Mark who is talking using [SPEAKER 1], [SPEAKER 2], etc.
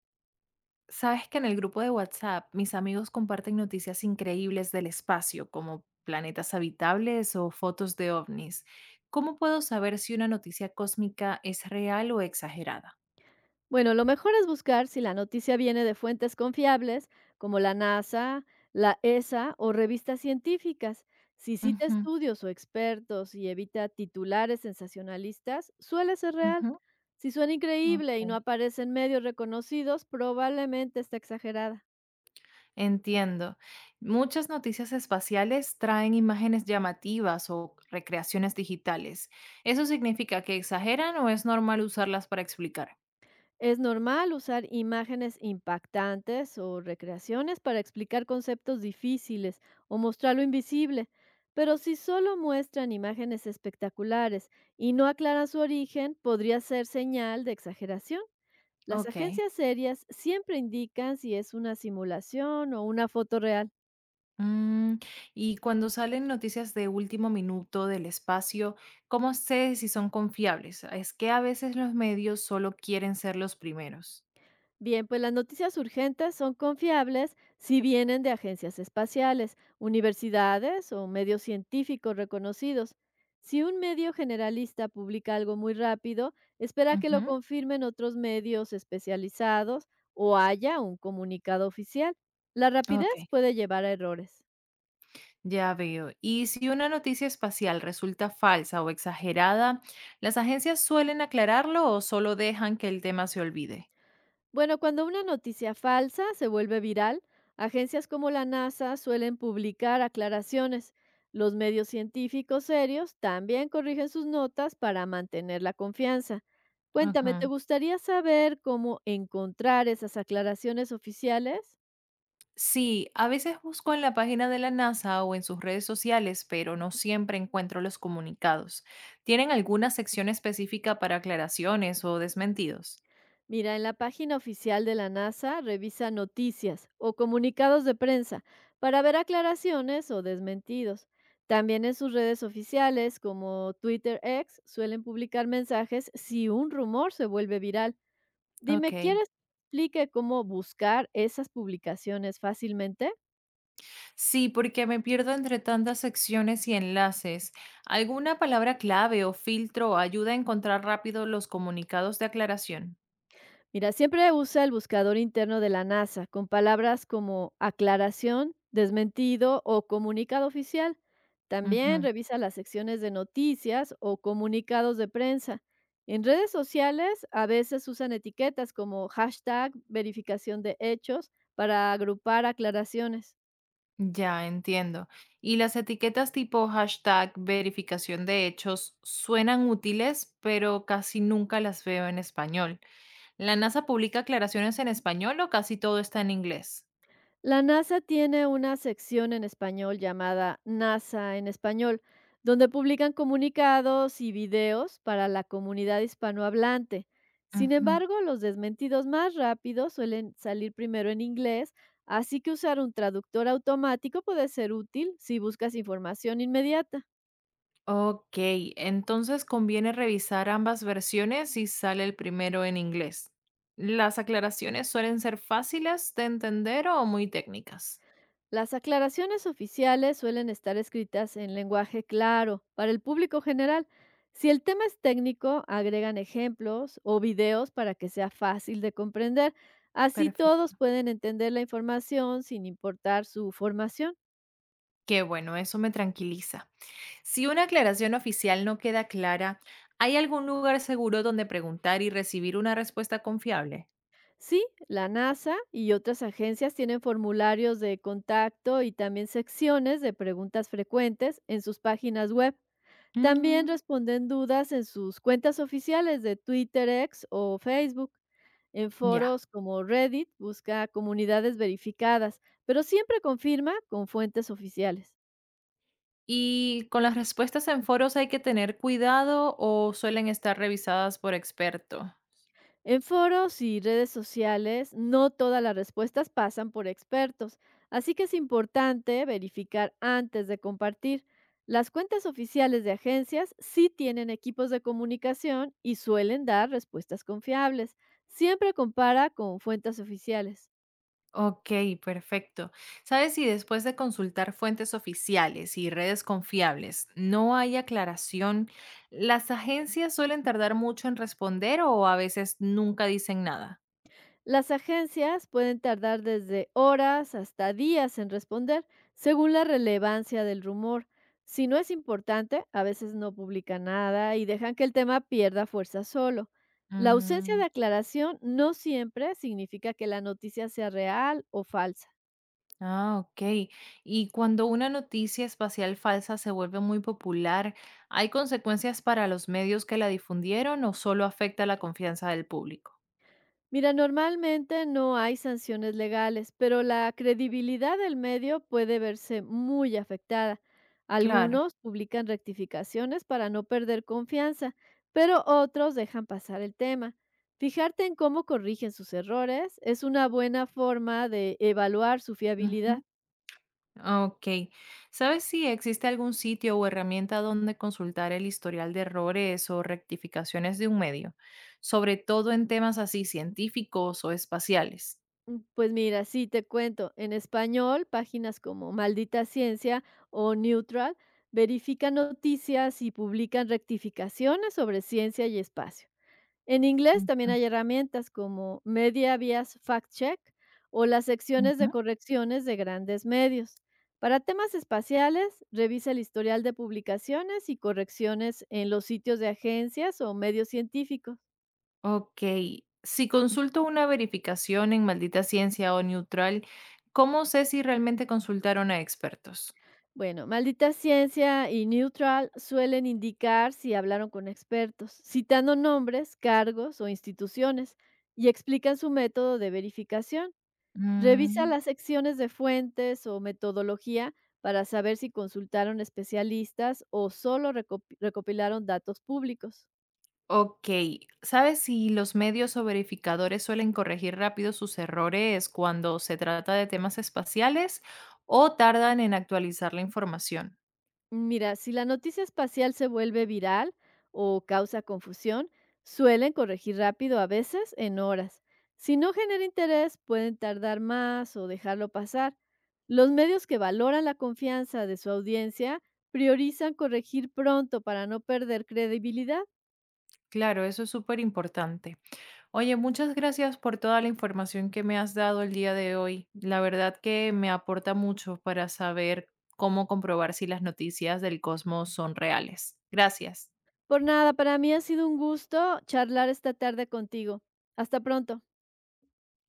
[SPEAKER 1] Sabes que en el grupo de WhatsApp mis amigos comparten noticias increíbles del espacio, como planetas habitables o fotos de ovnis. ¿Cómo puedo saber si una noticia cósmica es real o exagerada?
[SPEAKER 2] Bueno, lo mejor es buscar si la noticia viene de fuentes confiables como la NASA, la ESA o revistas científicas. Si cita
[SPEAKER 1] Ujú,
[SPEAKER 2] estudios o expertos y evita titulares sensacionalistas, suele ser real.
[SPEAKER 1] ujú,
[SPEAKER 2] Si suena increíble y no
[SPEAKER 1] ok.
[SPEAKER 2] aparece en medios reconocidos, probablemente está exagerada.
[SPEAKER 1] Entiendo. Muchas noticias espaciales traen imágenes llamativas o recreaciones digitales. ¿Eso significa que exageran o es normal usarlas para explicar?
[SPEAKER 2] Es normal usar imágenes impactantes o recreaciones para explicar conceptos difíciles o mostrar lo invisible, pero si solo muestran imágenes espectaculares y no aclaran su origen, podría ser señal de exageración. Las
[SPEAKER 1] Ok.
[SPEAKER 2] agencias serias siempre indican si es una simulación o una foto real.
[SPEAKER 1] Mm, y cuando salen noticias de último minuto del espacio, ¿cómo sé si son confiables? Es que a veces los medios solo quieren ser los primeros.
[SPEAKER 2] Bien, pues las noticias urgentes son confiables si vienen de agencias espaciales, universidades o medios científicos reconocidos. Si un medio generalista publica algo muy rápido, espera que lo
[SPEAKER 1] Ujú.
[SPEAKER 2] confirmen otros medios especializados o haya un comunicado oficial. La rapidez
[SPEAKER 1] Ok,
[SPEAKER 2] puede llevar a errores.
[SPEAKER 1] ya veo. Y si una noticia espacial resulta falsa o exagerada, ¿las agencias suelen aclararlo o solo dejan que el tema se olvide?
[SPEAKER 2] Bueno, cuando una noticia falsa se vuelve viral, agencias como la NASA suelen publicar aclaraciones. Los medios científicos serios también corrigen sus notas para mantener la confianza. Cuéntame, ¿te gustaría saber cómo encontrar esas aclaraciones oficiales?
[SPEAKER 1] Sí, a veces busco en la página de la NASA o en sus redes sociales, pero no siempre encuentro los comunicados. ¿Tienen alguna sección específica para aclaraciones o desmentidos?
[SPEAKER 2] Mira, en la página oficial de la NASA revisa noticias o comunicados de prensa para ver aclaraciones o desmentidos. También en sus redes oficiales como Twitter X suelen publicar mensajes si un rumor se vuelve viral. Dime,
[SPEAKER 1] Ok.
[SPEAKER 2] ¿quieres que te explique cómo buscar esas publicaciones fácilmente?
[SPEAKER 1] Sí, porque me pierdo entre tantas secciones y enlaces. ¿Alguna palabra clave o filtro ayuda a encontrar rápido los comunicados de aclaración?
[SPEAKER 2] Mira, siempre usa el buscador interno de la NASA con palabras como aclaración, desmentido o comunicado oficial. También
[SPEAKER 1] Ujú.
[SPEAKER 2] revisa las secciones de noticias o comunicados de prensa. En redes sociales a veces usan etiquetas como hashtag verificación de hechos para agrupar aclaraciones.
[SPEAKER 1] Ya entiendo. Y las etiquetas tipo hashtag verificación de hechos suenan útiles, pero casi nunca las veo en español. ¿La NASA publica aclaraciones en español o casi todo está en inglés?
[SPEAKER 2] La NASA tiene una sección en español llamada NASA en español, donde publican comunicados y videos para la comunidad hispanohablante. Sin
[SPEAKER 1] Ujú.
[SPEAKER 2] embargo, los desmentidos más rápidos suelen salir primero en inglés, así que usar un traductor automático puede ser útil si buscas información inmediata.
[SPEAKER 1] Ok, entonces conviene revisar ambas versiones si sale el primero en inglés. ¿Las aclaraciones suelen ser fáciles de entender o muy técnicas?
[SPEAKER 2] Las aclaraciones oficiales suelen estar escritas en lenguaje claro para el público general. Si el tema es técnico, agregan ejemplos o videos para que sea fácil de comprender. Así todos
[SPEAKER 1] Perfecto.
[SPEAKER 2] pueden entender la información sin importar su formación.
[SPEAKER 1] Qué bueno, eso me tranquiliza. Si una aclaración oficial no queda clara, ¿hay algún lugar seguro donde preguntar y recibir una respuesta confiable?
[SPEAKER 2] Sí, la NASA y otras agencias tienen formularios de contacto y también secciones de preguntas frecuentes en sus páginas web. También
[SPEAKER 1] Mm.
[SPEAKER 2] responden dudas en sus cuentas oficiales de Twitter, X o Facebook. En
[SPEAKER 1] Ya.
[SPEAKER 2] foros como Reddit busca comunidades verificadas, pero siempre confirma con fuentes oficiales.
[SPEAKER 1] ¿Y con las respuestas en foros hay que tener cuidado o suelen estar revisadas por experto?
[SPEAKER 2] En foros y redes sociales, no todas las respuestas pasan por expertos, así que es importante verificar antes de compartir. Las cuentas oficiales de agencias sí tienen equipos de comunicación y suelen dar respuestas confiables. Siempre compara con fuentes oficiales.
[SPEAKER 1] Ok, perfecto. ¿Sabes si después de consultar fuentes oficiales y redes confiables no hay aclaración, las agencias suelen tardar mucho en responder o a veces nunca dicen nada?
[SPEAKER 2] Las agencias pueden tardar desde horas hasta días en responder, según la relevancia del rumor. Si no es importante, a veces no publican nada y dejan que el tema pierda fuerza solo. La ausencia
[SPEAKER 1] Mm.
[SPEAKER 2] de aclaración no siempre significa que la noticia sea real o falsa.
[SPEAKER 1] Ah, ok. Y cuando una noticia espacial falsa se vuelve muy popular, ¿hay consecuencias para los medios que la difundieron o solo afecta la confianza del público?
[SPEAKER 2] Mira, normalmente no hay sanciones legales, pero la credibilidad del medio puede verse muy afectada.
[SPEAKER 1] Claro.
[SPEAKER 2] Algunos publican rectificaciones para no perder confianza, pero otros dejan pasar el tema. Fijarte en cómo corrigen sus errores es una buena forma de evaluar su
[SPEAKER 1] Ujú.
[SPEAKER 2] fiabilidad.
[SPEAKER 1] Ok. ¿Sabes si existe algún sitio o herramienta donde consultar el historial de errores o rectificaciones de un medio, sobre todo en temas así científicos o espaciales?
[SPEAKER 2] Pues mira, sí, te cuento. En español, páginas como Maldita Ciencia o Neutral verifican noticias y publican rectificaciones sobre ciencia y espacio. En inglés también
[SPEAKER 1] Ujú,
[SPEAKER 2] hay herramientas como Media Bias Fact Check o las secciones de
[SPEAKER 1] ujú.
[SPEAKER 2] correcciones de grandes medios. Para temas espaciales, revisa el historial de publicaciones y correcciones en los sitios de agencias o medios científicos.
[SPEAKER 1] Ok, si consulto una verificación en Maldita Ciencia o Neutral, ¿cómo sé si realmente consultaron a expertos?
[SPEAKER 2] Bueno, Maldita Ciencia y Neutral suelen indicar si hablaron con expertos, citando nombres, cargos o instituciones y explican su método de verificación. Revisa
[SPEAKER 1] Mm,
[SPEAKER 2] las secciones de fuentes o metodología para saber si consultaron especialistas o solo recopilaron datos públicos.
[SPEAKER 1] ok, ¿sabes si los medios o verificadores suelen corregir rápido sus errores cuando se trata de temas espaciales o tardan en actualizar la información?
[SPEAKER 2] Mira, si la noticia espacial se vuelve viral o causa confusión, suelen corregir rápido, a veces en horas. Si no genera interés, pueden tardar más o dejarlo pasar. Los medios que valoran la confianza de su audiencia priorizan corregir pronto para no perder credibilidad.
[SPEAKER 1] Claro, eso es súper importante. Oye, muchas gracias por toda la información que me has dado el día de hoy. La verdad que me aporta mucho para saber cómo comprobar si las noticias del cosmos son reales. Gracias.
[SPEAKER 2] Por nada, para mí ha sido un gusto charlar esta tarde contigo. Hasta pronto.